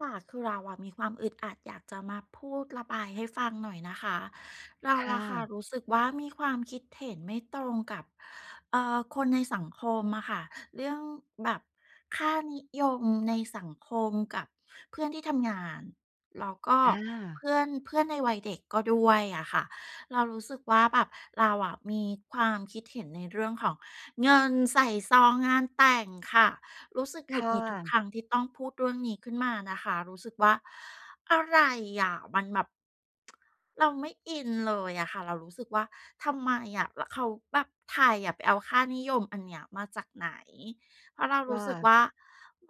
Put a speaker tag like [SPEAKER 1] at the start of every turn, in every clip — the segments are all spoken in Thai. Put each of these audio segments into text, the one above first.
[SPEAKER 1] ค่ะคือเราอะมีความอึดอัดอยากจะมาพูดระบายให้ฟังหน่อยนะคะเรา
[SPEAKER 2] ค่ะ
[SPEAKER 1] อะค่ะรู้สึกว่ามีความคิดเห็นไม่ตรงกับคนในสังคมอะค่ะเรื่องแบบค่านิยมในสังคมกับเพื่อนที่ทำงานแล้วก็
[SPEAKER 2] อา
[SPEAKER 1] เพื่อนเพื่อนในวัยเด็กก็ด้วยอะค่ะเรารู้สึกว่าแบบเราอะมีความคิดเห็นในเรื่องของเงินใส่ซองงานแต่งค่ะ รู้สึกหงุดห
[SPEAKER 2] ค่ะ
[SPEAKER 1] งิดทุกครั้งที่ต้องพูดเรื่องนี้ขึ้นมานะคะรู้สึกว่าอะไรอะมันแบบ เราไม่อินเลยอะค่ะเรารู้สึกว่าทำไมอะแล้วเขาแบบไทยอะไปเอาค่านิยมอันเนี้ยมาจากไหนเพราะเรา
[SPEAKER 2] ค
[SPEAKER 1] รู้สึกว่า
[SPEAKER 2] ่ะ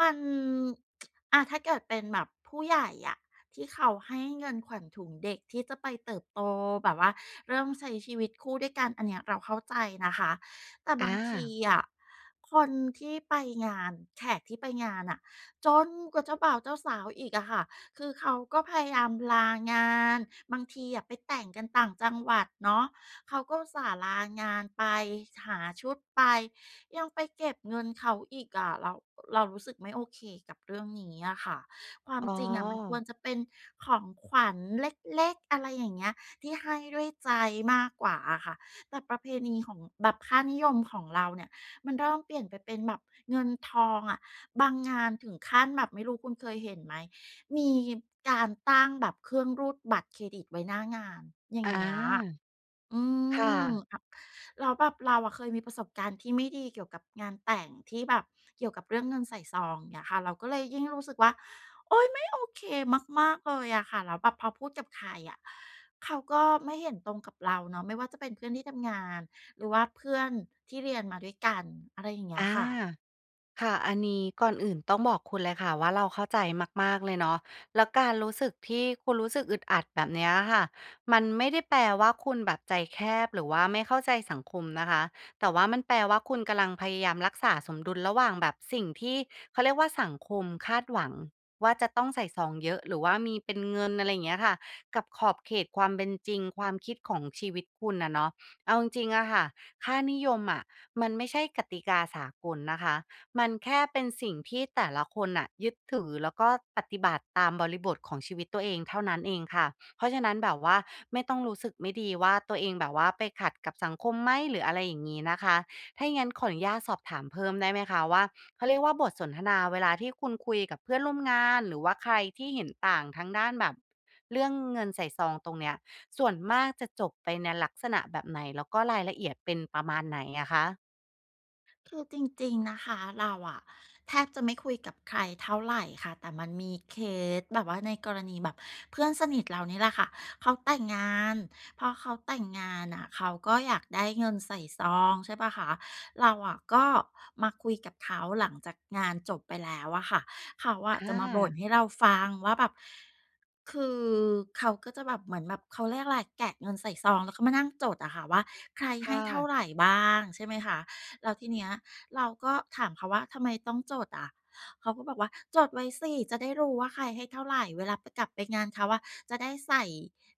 [SPEAKER 1] มัน อะถ้าเกิดเป็นแบบผู้ใหญ่อะที่เขาให้เงินขวัญถุงเด็กที่จะไปเติบโตแบบว่าเริ่มใช้ชีวิตคู่ด้วยกันอันเนี้ยเราเข้าใจนะคะแต่บางที
[SPEAKER 2] อา
[SPEAKER 1] อะคนที่ไปงานแขกที่ไปงานอะจนกว่าเจ้าบ่าวเจ้าสาวอีกอะค่ะ คือเขาก็พยายามลางานบางทีอะไปแต่งกันต่างจังหวัดเนาะเขาก็อุตส่าห์ลางานไปหาชุดไปยังไปเก็บเงินเขาอีกอะเรารู้สึกไม่โอเคกับเรื่องนี้อะค่ะความ
[SPEAKER 2] อ๋
[SPEAKER 1] จริงอะมันควร
[SPEAKER 2] อ
[SPEAKER 1] จะเป็นของขวัญเล็กๆอะไรอย่างเงี้ยที่ให้ด้วยใจมากกว่าอะค่ะแต่ประเพณีของแบบค่านิยมของเราเนี่ยมันเริ่มเปลี่ยนไปเป็นแบบเงินทองอะบางงานถึงขั้นแบบไม่รู้คุณเคยเห็นไหม มีการตั้งแบบเครื่องรูดบัตรเครดิตไว้หน้างานอย่าง
[SPEAKER 2] อ
[SPEAKER 1] เงี้ย
[SPEAKER 2] า
[SPEAKER 1] อื
[SPEAKER 2] ค่ะ
[SPEAKER 1] มอะแล้วแบบเราอะเคยมีประสบการณ์ที่ไม่ดีเกี่ยวกับงานแต่งที่แบบเกี่ยวกับเรื่องเงินใส่ซองเงี้ยค่ะเราก็เลยยิ่งรู้สึกว่าโอ๊ยไม่โอเคมากๆเลยอะค่ะแล้วแบบพอพูดกับใครอะเขาก็ไม่เห็นตรงกับเราเนาะไม่ว่าจะเป็นเพื่อนที่ทำงานหรือว่าเพื่อนที่เรียนมาด้วยกันอะไรอย่างเงี้ย
[SPEAKER 2] อา
[SPEAKER 1] ค่ะ
[SPEAKER 2] ค่ะอันนี้ก่อนอื่นต้องบอกคุณเลยค่ะว่าเราเข้าใจมากๆเลยเนาะแล้วการรู้สึกที่คุณรู้สึกอึดอัดแบบเนี้ยค่ะมันไม่ได้แปลว่าคุณแบบใจแคบหรือว่าไม่เข้าใจสังคมนะคะ แต่ว่ามันแปลว่าคุณกำลังพยายามรักษาสมดุลระหว่างแบบสิ่งที่เขาเรียกว่าสังคมคาดหวังว่าจะต้องใส่ซองเยอะหรือว่ามีเป็นเงินอะไรอย่างเงี้ยค่ะกับขอบเขตความเป็นจริงความคิดของชีวิตคุณอะเนาะเอาจริงๆอะค่ะค่านิยมอะมันไม่ใช่กติกาสากลนะคะ มันแค่เป็นสิ่งที่แต่ละคนน่ะยึดถือแล้วก็ปฏิบัติตามบริบทของชีวิตตัวเองเท่านั้นเองค่ะเพราะฉะนั้นแบบว่าไม่ต้องรู้สึกไม่ดีว่าตัวเองแบบว่าไปขัดกับสังคมไหมหรืออะไรอย่างงี้นะคะถ้าอย่างงั้นขออนุญาตสอบถามเพิ่มได้ไหมคะว่าเขาเรียกว่าบทสนทนาเวลาที่คุณคุยกับเพื่อนร่วมงานหรือว่าใครที่เห็นต่างทางด้านแบบเรื่องเงินใส่ซองตรงเนี้ยส่วนมากจะจบไปในลักษณะแบบไหนแล้วก็รายละเอียดเป็นประมาณไหนอะคะ
[SPEAKER 1] คือจริงๆนะคะเราอะแทบจะไม่คุยกับใครเท่าไหร่ค่ะแต่มันมีเคสแบบว่าในกรณีแบบเพื่อนสนิทเรานี่แหละค่ะเขาแต่งงานพอเขาแต่งงานน่ะเขาก็อยากได้เงินใส่ซองใช่ปะคะเราอะก็มาคุยกับเขาหลังจากงานจบไปแล้วอะค่ะเขาอะจะมาบ่น
[SPEAKER 2] อา
[SPEAKER 1] ให้เราฟังว่าแบบคือเขาก็จะแบบเหมือนแบบเขาเรียกอะไรแกะเงินใส่ซองแล้วก็มานั่งจดอะค่ะว่าใครให้
[SPEAKER 2] ค่ะ
[SPEAKER 1] เท่าไหร่บ้างใช่ไหมคะ แล้วทีเนี้ยเราก็ถามเขาว่าทำไมต้องจดอะเขาก็บอกว่าจดไว้สิจะได้รู้ว่าใครให้เท่าไหร่เวลาไปกลับไปงานเขาว่ะจะได้ใส่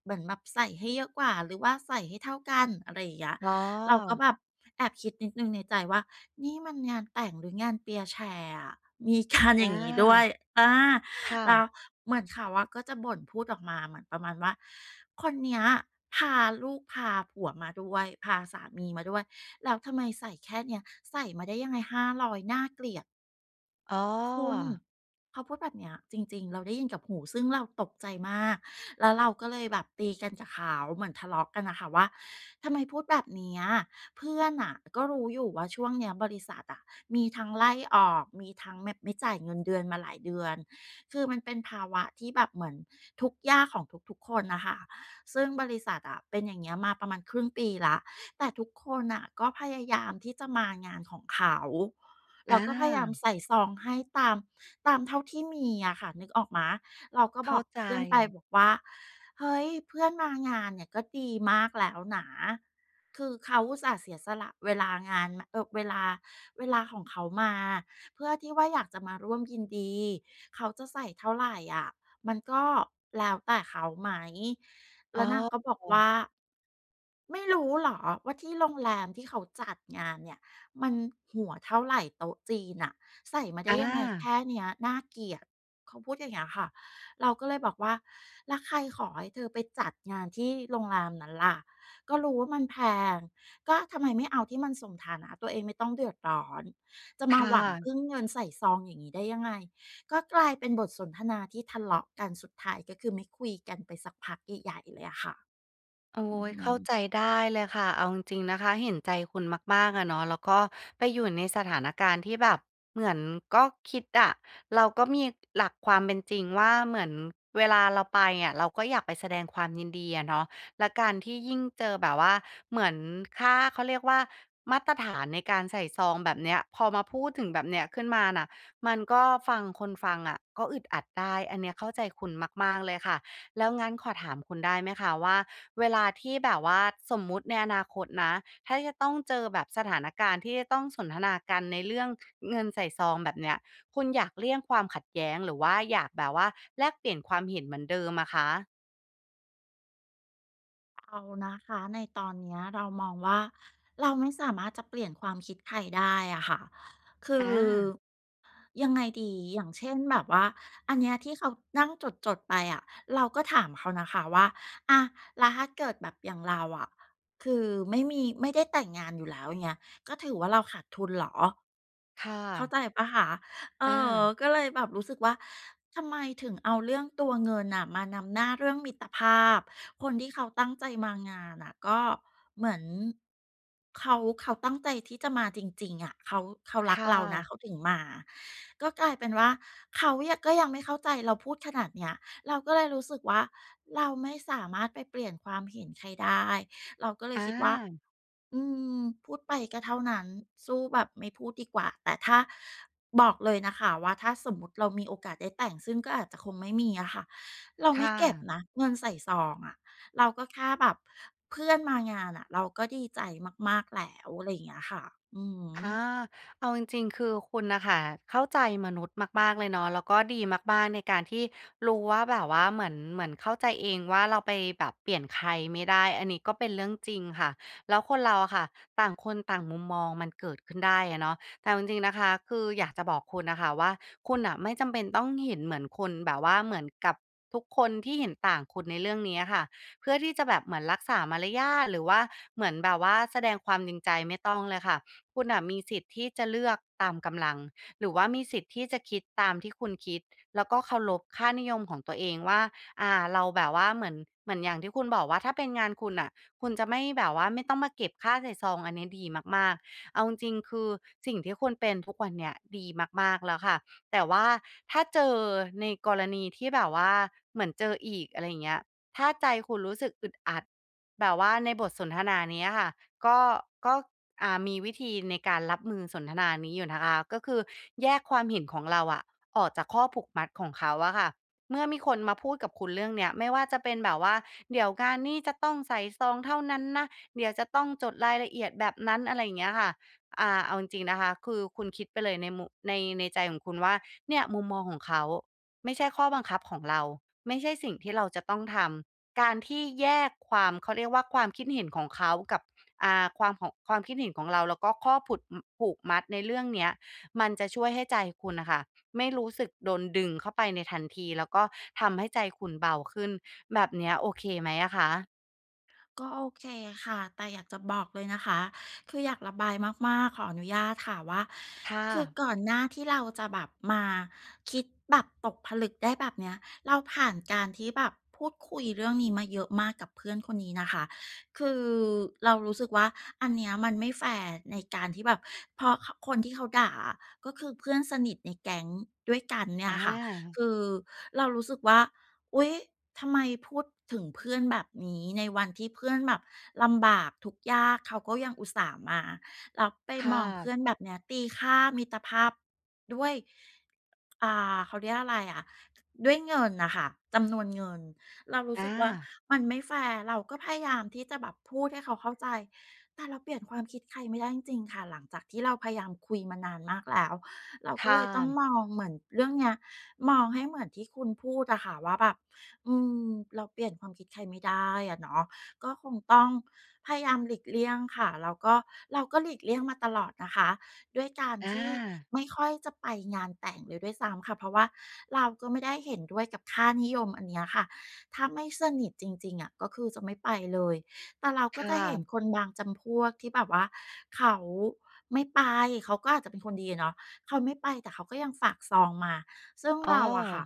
[SPEAKER 1] เหมือนแบบใส่ให้เยอะกว่าหรือว่าใส่ให้เท่ากันอะไรอย่างเงี้ย
[SPEAKER 2] อ๋อ
[SPEAKER 1] เราก็แบบแอบคิดนิดนึงในใจว่านี่มันงานแต่งหรืองานเปียร์แชร์อะมีการอย่า
[SPEAKER 2] อา
[SPEAKER 1] งงี้ด้วยอา
[SPEAKER 2] ค่ะ
[SPEAKER 1] แล้วเหมือนเขาว่าก็จะบ่นพูดออกมาเหมือนประมาณว่าคนเนี้ยพาลูกพาผัวมาด้วยพาสามีมาด้วยแล้วทำไมใส่แค่เนี้ยใส่มาได้ยังไง500หน่าเกลียด
[SPEAKER 2] อ๋อ
[SPEAKER 1] คุณเขาพูดแบบเนี้ยจริงๆเราได้ยินกับหูซึ่งเราตกใจมากแล้วเราก็เลยแบบตีกันกับเขาเหมือนทะเลาะกันน่ะค่ะว่าทำไมพูดแบบเนี้ยเพื่อนน่ะก็รู้อยู่ว่าช่วงเนี้ยบริษัทอะมีทั้งไล่ออกมีทั้งแบบไม่จ่ายเงินเดือนมาหลายเดือนคือมันเป็นภาวะที่แบบเหมือนทุกข์ยากของทุกๆคนน่ะค่ะซึ่งบริษัทอะเป็นอย่างเงี้ยมาประมาณครึ่งปีแล้วแต่ทุกคนน่ะก็พยายามที่จะมางานของเขา เรา
[SPEAKER 2] อา
[SPEAKER 1] ก็พยายามใส่ซองให้ตามตามเท่าที่มีอะค่ะนึกออกไหมเราก็บอ
[SPEAKER 2] เข้า
[SPEAKER 1] ก
[SPEAKER 2] ใจ
[SPEAKER 1] เพื่อนไปบอกว่าเฮ้ยเพื่อนมางานเนี่ยก็ดีมากแล้วนะคือเขาอุตส่าห์เสียสละเวลางานมเวลาเวลาของเขามาเพื่อที่ว่าอยากจะมาร่วมยินดีเขาจะใส่เท่าไรอะมันก็แล้วแต่เขาไหม
[SPEAKER 2] อ๋
[SPEAKER 1] แล้
[SPEAKER 2] อ
[SPEAKER 1] วนางก็บอกว่าไม่รู้เหรอว่าที่โรงแรมที่เขาจัดงานเนี่ย มันหัวเท่าไหร่โต๊ะจีนน่ะใส่มาได้
[SPEAKER 2] อา
[SPEAKER 1] ยังไงแค่เนี้ยน่าเกลียดเขาพูดอย่างเงี้ยค่ะเราก็เลยบอกว่าแล้วใครขอให้เธอไปจัดงานที่โรงแรมนั้นล่ะก็รู้ว่ามันแพงก็ทำไมไม่เอาที่มันสมฐานะตัวเองไม่ต้องเดือดร้อนจะ
[SPEAKER 2] ค
[SPEAKER 1] มาหวังพึ่
[SPEAKER 2] ่ะ
[SPEAKER 1] งเงินใส่ซองอย่างงี้ได้ยังไงก็กลายเป็นบทสนทนาที่ทะเลาะกันสุดท้ายก็คือไม่คุยกันไปสักพักใหญ่ๆเลยอะค่ะ
[SPEAKER 2] โอ้
[SPEAKER 1] อือ
[SPEAKER 2] ย
[SPEAKER 1] ฮึ
[SPEAKER 2] เข้าใจได้เลยค่ะเอาจริงๆนะคะเห็นใจคุณมากๆอะเนาะแล้วก็ไปอยู่ในสถานการณ์ที่แบบเหมือนก็คิดอะเราก็มีหลักความเป็นจริงว่าเหมือนเวลาเราไปอะเราก็อยากไปแสดงความยินดีอะเนาะแล้วการที่ยิ่งเจอแบบว่าเหมือนค่าเขาเรียกว่ามาตรฐานในการใส่ซองแบบเนี้ยพอมาพูดถึงแบบเนี้ยขึ้นมาน่ะมันก็ฟังคนฟังอะก็อึดอัดได้อันเนี้ยเข้าใจคุณมากๆเลยค่ะแล้วงั้นขอถามคุณได้ไหมคะว่า เวลาที่แบบว่าสมมุติในอนาคตนะถ้าจะต้องเจอแบบสถานการณ์ที่จะต้องสนทนากันในเรื่องเงินใส่ซองแบบเนี้ยคุณอยากเลี่ยงความขัดแย้งหรือว่าอยากแบบว่าแลกเปลี่ยนความเห็นเหมือนเดิมอะคะ
[SPEAKER 1] เรานะคะในตอนเนี้ยเรามองว่าเราไม่สามารถจะเปลี่ยนความคิดใครได้อะค่ะคื
[SPEAKER 2] อา
[SPEAKER 1] อยังไงดีอย่างเช่นแบบว่าอันเนี้ยที่เขานั่งจดๆไปอะเราก็ถามเขานะคะว่าอ่ะแล้วถ้าเกิดแบบอย่างเราอะคือไม่มีไม่ได้แต่งงานอยู่แล้วอย่างเงี้ยก็ถือว่าเราขาดทุนเหรอ
[SPEAKER 2] ค่ะ
[SPEAKER 1] เข้าใจเปล่าคะเออ
[SPEAKER 2] อา
[SPEAKER 1] ก็เลยแบบรู้สึกว่าทำไมถึงเอาเรื่องตัวเงินน่ะมานำหน้าเรื่องมิตรภาพ คนที่เขาตั้งใจมางานน่ะก็เหมือนเขาเขาตั้งใจที่จะมาจริงๆอะเขาเขารัก
[SPEAKER 2] ค่
[SPEAKER 1] เรานะเขา
[SPEAKER 2] ะ
[SPEAKER 1] ถึงมาก็กลายเป็นว่าเขาเนี่ยก็ยังไม่เข้าใจเราพูดขนาดเนี้ยเราก็เลยรู้สึกว่าเราไม่สามารถไปเปลี่ยนความเห็นใครได้เราก็เล
[SPEAKER 2] อ
[SPEAKER 1] ยคิดว่า
[SPEAKER 2] า
[SPEAKER 1] อืมพูดไปก็เท่านั้นสู้แบบไม่พูดดีกว่าแต่ถ้าบอกเลยนะคะว่าถ้าสมมุติเรามีโอกาสได้แต่งซึ่งก็อาจจะคงไม่มีอะค่ะเราไม่
[SPEAKER 2] ค่ะ
[SPEAKER 1] เก็บนะเงินใส่ซองอะเราก็แค่แบบเพื่อนมางานอะเราก็ดีใจมากๆแล้วอะไรอย่างเงี้ยค่ะอือฮึ
[SPEAKER 2] อาเอาจริงๆคือคุณน่ะค่ะเข้าใจมนุษย์มากๆเลยเนาะแล้วก็ดีมากๆในการที่รู้ว่าแบบว่าเหมือนเหมือนเข้าใจเองว่าเราไปแบบเปลี่ยนใครไม่ได้อันนี้ก็เป็นเรื่องจริงค่ะแล้วคนเราอะค่ะต่างคนต่างมุมมองมันเกิดขึ้นได้อะเนาะแต่เอาจริงๆนะคะคืออยากจะบอกคุณน่ะค่ะว่าคุณน่ะไม่จำเป็นต้องเห็นเหมือนคนแบบว่าเหมือนกับทุกคนที่เห็นต่างคุณในเรื่องนี้อะค่ะเพื่อที่จะแบบเหมือนรักษามารยาทหรือว่าเหมือนแบบว่าแสดงความจริงใจไม่ต้องเลยค่ะ คุณอ่ะมีสิทธิ์ที่จะเลือกตามกำลังหรือว่ามีสิทธิ์ที่จะคิดตามที่คุณคิดแล้วก็เคารพค่านิยมของตัวเองว่าเราแบบว่าเหมือนเหมือนอย่างที่คุณบอกว่าถ้าเป็นงานคุณอ่ะคุณจะไม่แบบว่าไม่ต้องมาเก็บค่าใส่ซองอันนี้ดีมากๆเอาจริงๆคือสิ่งที่คุณเป็นทุกวันเนี้ยดีมากๆแล้วค่ะแต่ว่าถ้าเจอในกรณีที่แบบว่าเหมือนเจออีกอะไรอย่างเงี้ยถ้าใจคุณรู้สึกอึดอัดแบบว่าในบทสนทนาเนี้ยค่ะก็ก็ มีวิธีในการรับมือสนทนานี้อยู่นะคะก็คือแยกความเห็นของเราอะออกจากข้อผูกมัดของเขาอะค่ะเมื่อมีคนมาพูดกับคุณเรื่องเนี้ยไม่ว่าจะเป็นแบบว่าเดี๋ยวงานนี้จะต้องใส่ซองเท่านั้นนะเดี๋ยวจะต้องจดรายละเอียดแบบนั้นอะไรอย่างเงี้ยค่ะเอาจริงๆนะคะคือคุณคิดไปเลยในในใจของคุณว่าเนี่ยมุมมองของเขาไม่ใช่ข้อบังคับของเราไม่ใช่สิ่งที่เราจะต้องทำการที่แยกความเขาเรียกว่าความคิดเห็นของเขากับ ความของความคิดเห็นของเราแล้วก็ข้อผุดผูกมัดในเรื่องเนี้ยมันจะช่วยให้ใจคุณนะคะไม่รู้สึกโดนดึงเข้าไปในทันทีแล้วก็ทำให้ใจคุณเบาขึ้นแบบเนี้ยโอเคไหมอะคะ
[SPEAKER 1] ก็โอเคค่ะแต่อยากจะบอกเลยนะคะ คืออยากระบายมากๆขออนุญาตค่ะว่า
[SPEAKER 2] ค่ะ
[SPEAKER 1] คือก่อนหน้าที่เราจะแบบมาคิดแบบตกผลึกได้แบบเนี้ยเราผ่านการที่แบบพูดคุยเรื่องนี้มาเยอะมากกับเพื่อนคนนี้นะคะ คือเรารู้สึกว่าอันเนี้ยมันไม่แฟร์ในการที่แบบเพราะคนที่เขาด่าอะก็คือเพื่อนสนิทในแก๊งด้วยกันเนี่
[SPEAKER 2] อ
[SPEAKER 1] ยค่ะ
[SPEAKER 2] า
[SPEAKER 1] คือเรารู้สึกว่า อุ๊ยทำไมพูดถึงเพื่อนแบบนี้ในวันที่เพื่อนแบบลำบากทุกข์ยากเขาก็ยังอุตส่าห์มาแล้วไป
[SPEAKER 2] ค่
[SPEAKER 1] มองเพื่อน
[SPEAKER 2] ะ
[SPEAKER 1] แบบเนี้ยตีค่ามิตรภาพด้วยเขาเรียกอะไรอะด้วยเงินนะค่ะจำนวนเงินเรารู้สึ
[SPEAKER 2] อา
[SPEAKER 1] กว่ามันไม่แฟร์เราก็พยายามที่จะแบบพูดให้เขาเข้าใจแต่เราเปลี่ยนความคิดใครไม่ได้จริงๆค่ะหลังจากที่เราพยายามคุยมานานมากแล้วเราก็เล
[SPEAKER 2] ค่ะ
[SPEAKER 1] ยต้องมองเหมือนเรื่องเนี้ยมองให้เหมือนที่คุณพูดอะค่ะว่าแบบ อืมเราเปลี่ยนความคิดใครไม่ได้อะเนาะก็คงต้องพยายามหลีกเลี่ยงค่ะแล้วก็เราก็หลีกเลี่ยงมาตลอดนะคะด้วยการ
[SPEAKER 2] อา
[SPEAKER 1] ที่ไม่ค่อยจะไปงานแต่งเลยด้วยซ้ำค่ะเพราะว่าเราก็ไม่ได้เห็นด้วยกับค่านิยมอันเนี้ยค่ะถ้าไม่สนิทจริงๆอะก็คือจะไม่ไปเลยแต่เราก็
[SPEAKER 2] ค่ะ
[SPEAKER 1] จะเห็นคนบางจำพวกที่แบบว่าเขาไม่ไปเขาก็อาจจะเป็นคนดีอะเนาะเขาไม่ไปแต่เขาก็ยังฝากซองมาซึ่ง
[SPEAKER 2] อ๋อ
[SPEAKER 1] เราอะค่ะ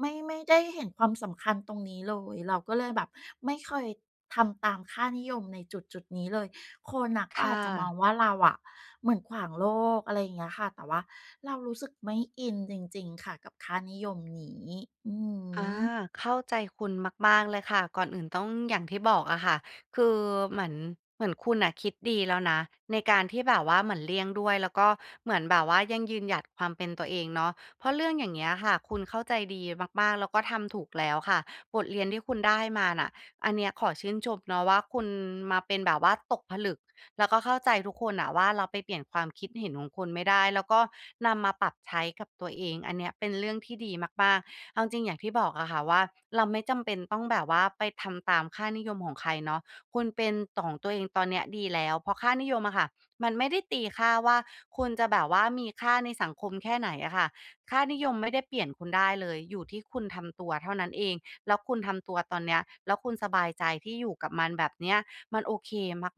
[SPEAKER 1] ไม่ได้เห็นความสำคัญตรงนี้เลยเราก็เลยแบบไม่เคยทำตามค่านิยมในจุดนี้เลยคนน่ะก็อาจ
[SPEAKER 2] ค่ะ
[SPEAKER 1] จะมองว่าเราอะเหมือนขวางโลกอะไรอย่างเงี้ยค่ะแต่ว่าเรารู้สึกไม่อินจริงๆค่ะกับค่านิยมนี้อือฮ
[SPEAKER 2] อา
[SPEAKER 1] ึ
[SPEAKER 2] เข้าใจคุณมากๆเลยค่ะก่อนอื่นต้องอย่างที่บอกอะค่ะคือเหมือนเหมือนคุณอ่ะคิดดีแล้วนะในการที่แบบว่าเหมือนเลี่ยงด้วยแล้วก็เหมือนแบบว่ายังยืนหยัดความเป็นตัวเองเนาะเพราะเรื่องอย่างเงี้ยค่ะคุณเข้าใจดีมากๆแล้วก็ทำถูกแล้วค่ะบทเรียนที่คุณได้มาน่ะอันเนี้ยขอชื่นชมเนาะว่าคุณมาเป็นแบบว่าตกผลึกแล้วก็เข้าใจทุกคนอะว่าเราไปเปลี่ยนความคิดเห็นของคนไม่ได้แล้วก็นำมาปรับใช้กับตัวเองอันเนี้ยเป็นเรื่องที่ดีมากๆ เอาจริงอย่างที่บอกอะค่ะว่าเราไม่จำเป็นต้องแบบว่าไปทำตามค่านิยมของใครเนาะคุณเป็นของตัวเองตอนเนี้ยดีแล้วเพราะค่านิยมอะค่ะมันไม่ได้ตีค่าว่าคุณจะแบบว่ามีค่าในสังคมแค่ไหนอะค่ะค่านิยมไม่ได้เปลี่ยนคุณได้เลยอยู่ที่คุณทำตัวเท่านั้นเองแล้วคุณทำตัวตอนเนี้ยแล้วคุณสบายใจที่อยู่กับมันแบบเนี้ยมันโอเค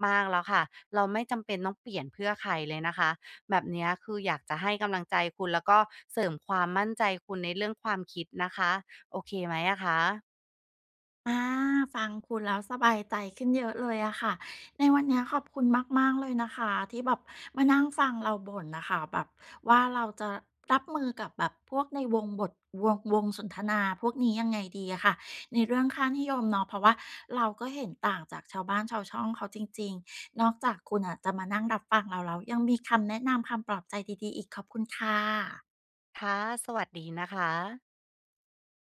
[SPEAKER 2] มากๆแล้วค่ะเราไม่จำเป็นต้องเปลี่ยนเพื่อใครเลยนะคะ แบบเนี้ยคืออยากจะให้กำลังใจคุณแล้วก็เสริมความมั่นใจคุณในเรื่องความคิดนะคะโอเคไหมอะคะ
[SPEAKER 1] อาฟังคุณแล้วสบายใจขึ้นเยอะเลยอะค่ะในวันนี้ขอบคุณมากๆเลยนะคะที่แบบมานั่งฟังเราบ่นนะคะแบบว่าเราจะรับมือกับแบบพวกในวงวงสนทนาพวกนี้ยังไงดีอะค่ะในเรื่องค่านิยมเนาะเพราะว่าเราก็เห็นต่างจากชาวบ้านชาวช่องเขาจริงๆนอกจากคุณอะจะมานั่งรับฟังเราแล้วยังมีคำแนะนำคำปลอบใจดีๆอีกขอบคุณค่ะ
[SPEAKER 2] ค่ะสวัสดีนะคะ